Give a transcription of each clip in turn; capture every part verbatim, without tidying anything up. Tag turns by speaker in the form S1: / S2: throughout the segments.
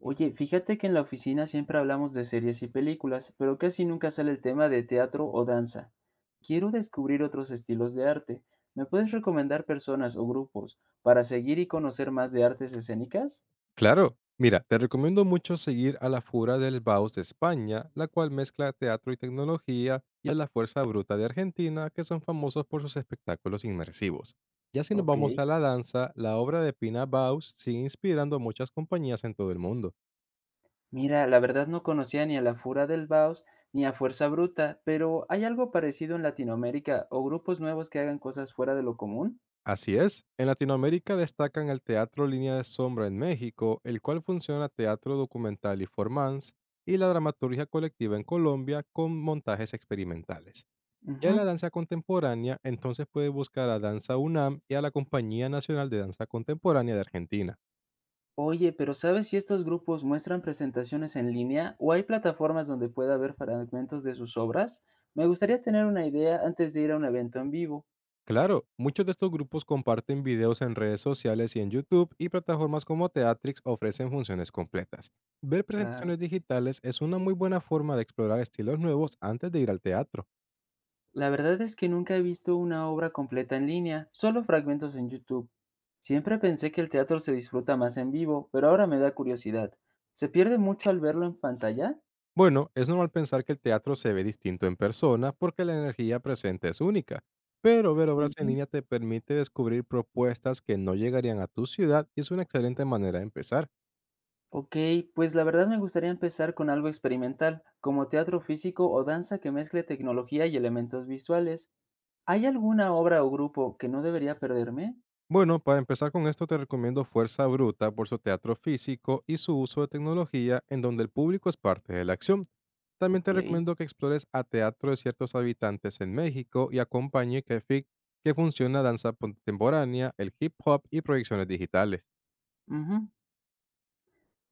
S1: Oye, fíjate que en la oficina siempre hablamos de series y películas, pero casi nunca sale el tema de teatro o danza. Quiero descubrir otros estilos de arte. ¿Me puedes recomendar personas o grupos para seguir y conocer más de artes escénicas?
S2: Claro, mira, te recomiendo mucho seguir a la Fura del Baus de España, la cual mezcla teatro y tecnología, y a la Fuerza Bruta de Argentina, que son famosos por sus espectáculos inmersivos. Ya si nos
S1: Ok.
S2: vamos a la danza, la obra de Pina Baus sigue inspirando a muchas compañías en todo el mundo.
S1: Mira, la verdad no conocía ni a La Fura del Baos ni a Fuerza Bruta, pero ¿hay algo parecido en Latinoamérica o grupos nuevos que hagan cosas fuera de lo común?
S2: Así es, en Latinoamérica destacan el teatro Línea de Sombra en México, el cual funciona teatro documental y formance, y la dramaturgia colectiva en Colombia con montajes experimentales. Ya en
S1: Ujú.
S2: la danza contemporánea, entonces puede buscar a Danza UNAM y a la Compañía Nacional de Danza Contemporánea de Argentina.
S1: Oye, pero ¿sabes si estos grupos muestran presentaciones en línea o hay plataformas donde pueda ver fragmentos de sus obras? Me gustaría tener una idea antes de ir a un evento en vivo.
S2: Claro, muchos de estos grupos comparten videos en redes sociales y en YouTube y plataformas como Teatrix ofrecen funciones completas. Ver
S1: Claro.
S2: presentaciones digitales es una muy buena forma de explorar estilos nuevos antes de ir al teatro.
S1: La verdad es que nunca he visto una obra completa en línea, solo fragmentos en YouTube. Siempre pensé que el teatro se disfruta más en vivo, pero ahora me da curiosidad. ¿Se pierde mucho al verlo en pantalla?
S2: Bueno, es normal pensar que el teatro se ve distinto en persona porque la energía presente es única, pero ver obras en
S1: Ujú.
S2: línea te permite descubrir propuestas que no llegarían a tu ciudad y es una excelente manera de empezar.
S1: Ok, pues la verdad me gustaría empezar con algo experimental, como teatro físico o danza que mezcle tecnología y elementos visuales. ¿Hay alguna obra o grupo que no debería perderme?
S2: Bueno, para empezar con esto te recomiendo Fuerza Bruta por su teatro físico y su uso de tecnología en donde el público es parte de la acción. También te
S1: Okey.
S2: recomiendo que explores a Teatro de ciertos habitantes en México y acompañe Kefik, que funciona danza contemporánea, el hip hop y proyecciones digitales.
S1: Ujú.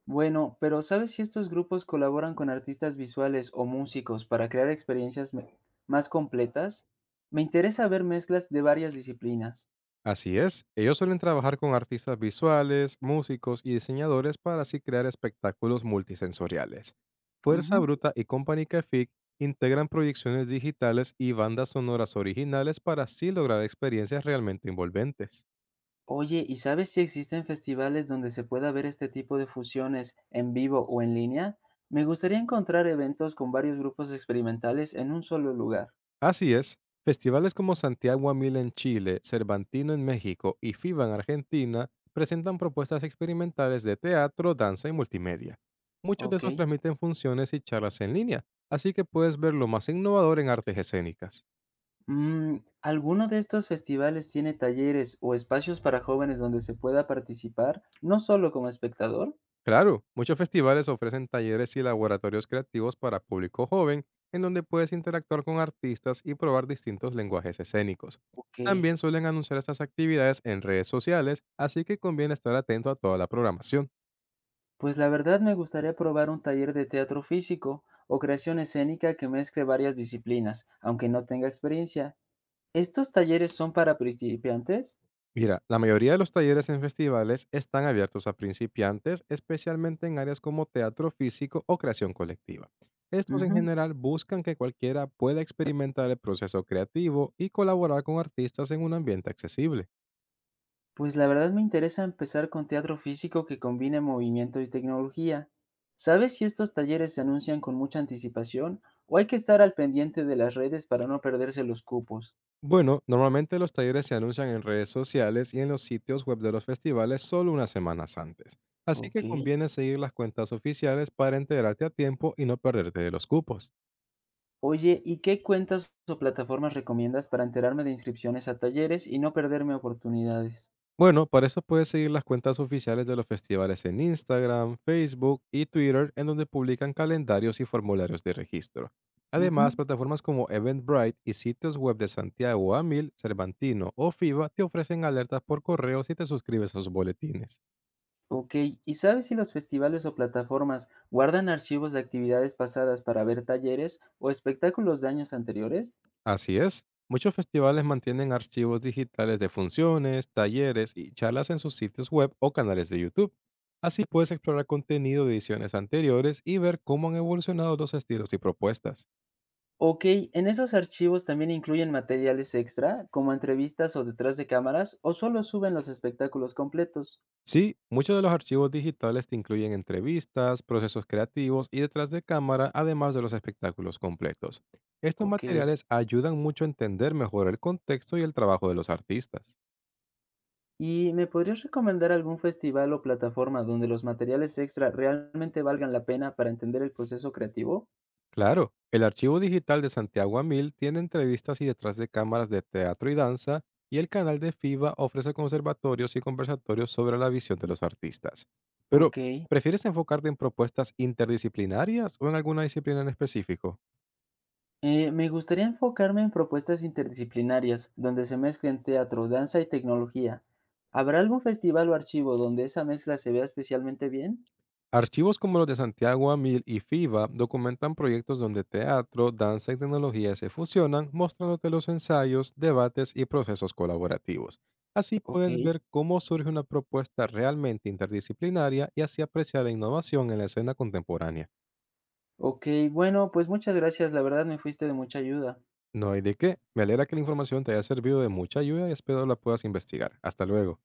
S1: Bueno, pero ¿sabes si estos grupos colaboran con artistas visuales o músicos para crear experiencias me más completas? Me interesa ver mezclas de varias disciplinas.
S2: Así es, ellos suelen trabajar con artistas visuales, músicos y diseñadores para así crear espectáculos multisensoriales. Fuerza
S1: Ujú.
S2: Bruta y Company Cafic integran proyecciones digitales y bandas sonoras originales para así lograr experiencias realmente envolventes.
S1: Oye, ¿y sabes si existen festivales donde se pueda ver este tipo de fusiones en vivo o en línea? Me gustaría encontrar eventos con varios grupos experimentales en un solo lugar.
S2: Así es, festivales como Santiago a Mil en Chile, Cervantino en México y FIBA en Argentina presentan propuestas experimentales de teatro, danza y multimedia. Muchos de esos
S1: Okey.
S2: transmiten funciones y charlas en línea, así que puedes ver lo más innovador en artes escénicas.
S1: Mm, ¿alguno de estos festivales tiene talleres o espacios para jóvenes donde se pueda participar, no solo como espectador?
S2: Claro, muchos festivales ofrecen talleres y laboratorios creativos para público joven, en donde puedes interactuar con artistas y probar distintos lenguajes escénicos.
S1: Ok,
S2: También suelen anunciar estas actividades en redes sociales, así que conviene estar atento a toda la programación.
S1: pues la verdad me gustaría probar un taller de teatro físico o creación escénica que mezcle varias disciplinas, aunque no tenga experiencia. ¿Estos talleres son para principiantes?
S2: Mira, la mayoría de los talleres en festivales están abiertos a principiantes, especialmente en áreas como teatro físico o creación colectiva. Estos en
S1: Ujú.
S2: general buscan que cualquiera pueda experimentar el proceso creativo y colaborar con artistas en un ambiente accesible.
S1: Pues la verdad me interesa empezar con teatro físico que combine movimiento y tecnología. ¿Sabes si estos talleres se anuncian con mucha anticipación o hay que estar al pendiente de las redes para no perderse los cupos?
S2: Bueno, normalmente los talleres se anuncian en redes sociales y en los sitios web de los festivales solo unas semanas antes, así que
S1: Ok.
S2: conviene seguir las cuentas oficiales para enterarte a tiempo y no perderte de los cupos.
S1: Oye, ¿y qué cuentas o plataformas recomiendas para enterarme de inscripciones a talleres y no perderme oportunidades?
S2: Bueno, para eso puedes seguir las cuentas oficiales de los festivales en Instagram, Facebook y Twitter, en donde publican calendarios y formularios de registro. Además,
S1: Ujú.
S2: plataformas como Eventbrite y sitios web de Santiago Amil, Cervantino o FIBA te ofrecen alertas por correo si te suscribes a sus boletines.
S1: Ok, ¿y sabes si los festivales o plataformas guardan archivos de actividades pasadas para ver talleres o espectáculos de años anteriores?
S2: Así es, muchos festivales mantienen archivos digitales de funciones, talleres y charlas en sus sitios web o canales de YouTube. Así puedes explorar contenido de ediciones anteriores y ver cómo han evolucionado los estilos y propuestas.
S1: Ok, ¿en esos archivos también incluyen materiales extra, como entrevistas o detrás de cámaras, o solo suben los espectáculos completos?
S2: Sí, muchos de los archivos digitales te incluyen entrevistas, procesos creativos y detrás de cámara, además de los espectáculos completos. Estos
S1: Ok.
S2: materiales ayudan mucho a entender mejor el contexto y el trabajo de los artistas.
S1: ¿Y me podrías recomendar algún festival o plataforma donde los materiales extra realmente valgan la pena para entender el proceso creativo?
S2: Claro, el archivo digital de Santiago Amil tiene entrevistas y detrás de cámaras de teatro y danza, y el canal de FIBA ofrece conservatorios y conversatorios sobre la visión de los artistas. Pero
S1: Ok.
S2: ¿prefieres enfocarte en propuestas interdisciplinarias o en alguna disciplina en específico?
S1: Eh, me gustaría enfocarme en propuestas interdisciplinarias, donde se mezclen teatro, danza y tecnología. ¿Habrá algún festival o archivo donde esa mezcla se vea especialmente bien?
S2: Archivos como los de Santiago Amil y FIBA documentan proyectos donde teatro, danza y tecnología se fusionan, mostrándote los ensayos, debates y procesos colaborativos. Así
S1: Ok.
S2: puedes ver cómo surge una propuesta realmente interdisciplinaria y así apreciar la innovación en la escena contemporánea.
S1: Ok, bueno, pues muchas gracias, la verdad me fuiste de mucha ayuda.
S2: No hay de qué. Me alegra que la información te haya servido de mucha ayuda y espero la puedas investigar. Hasta luego.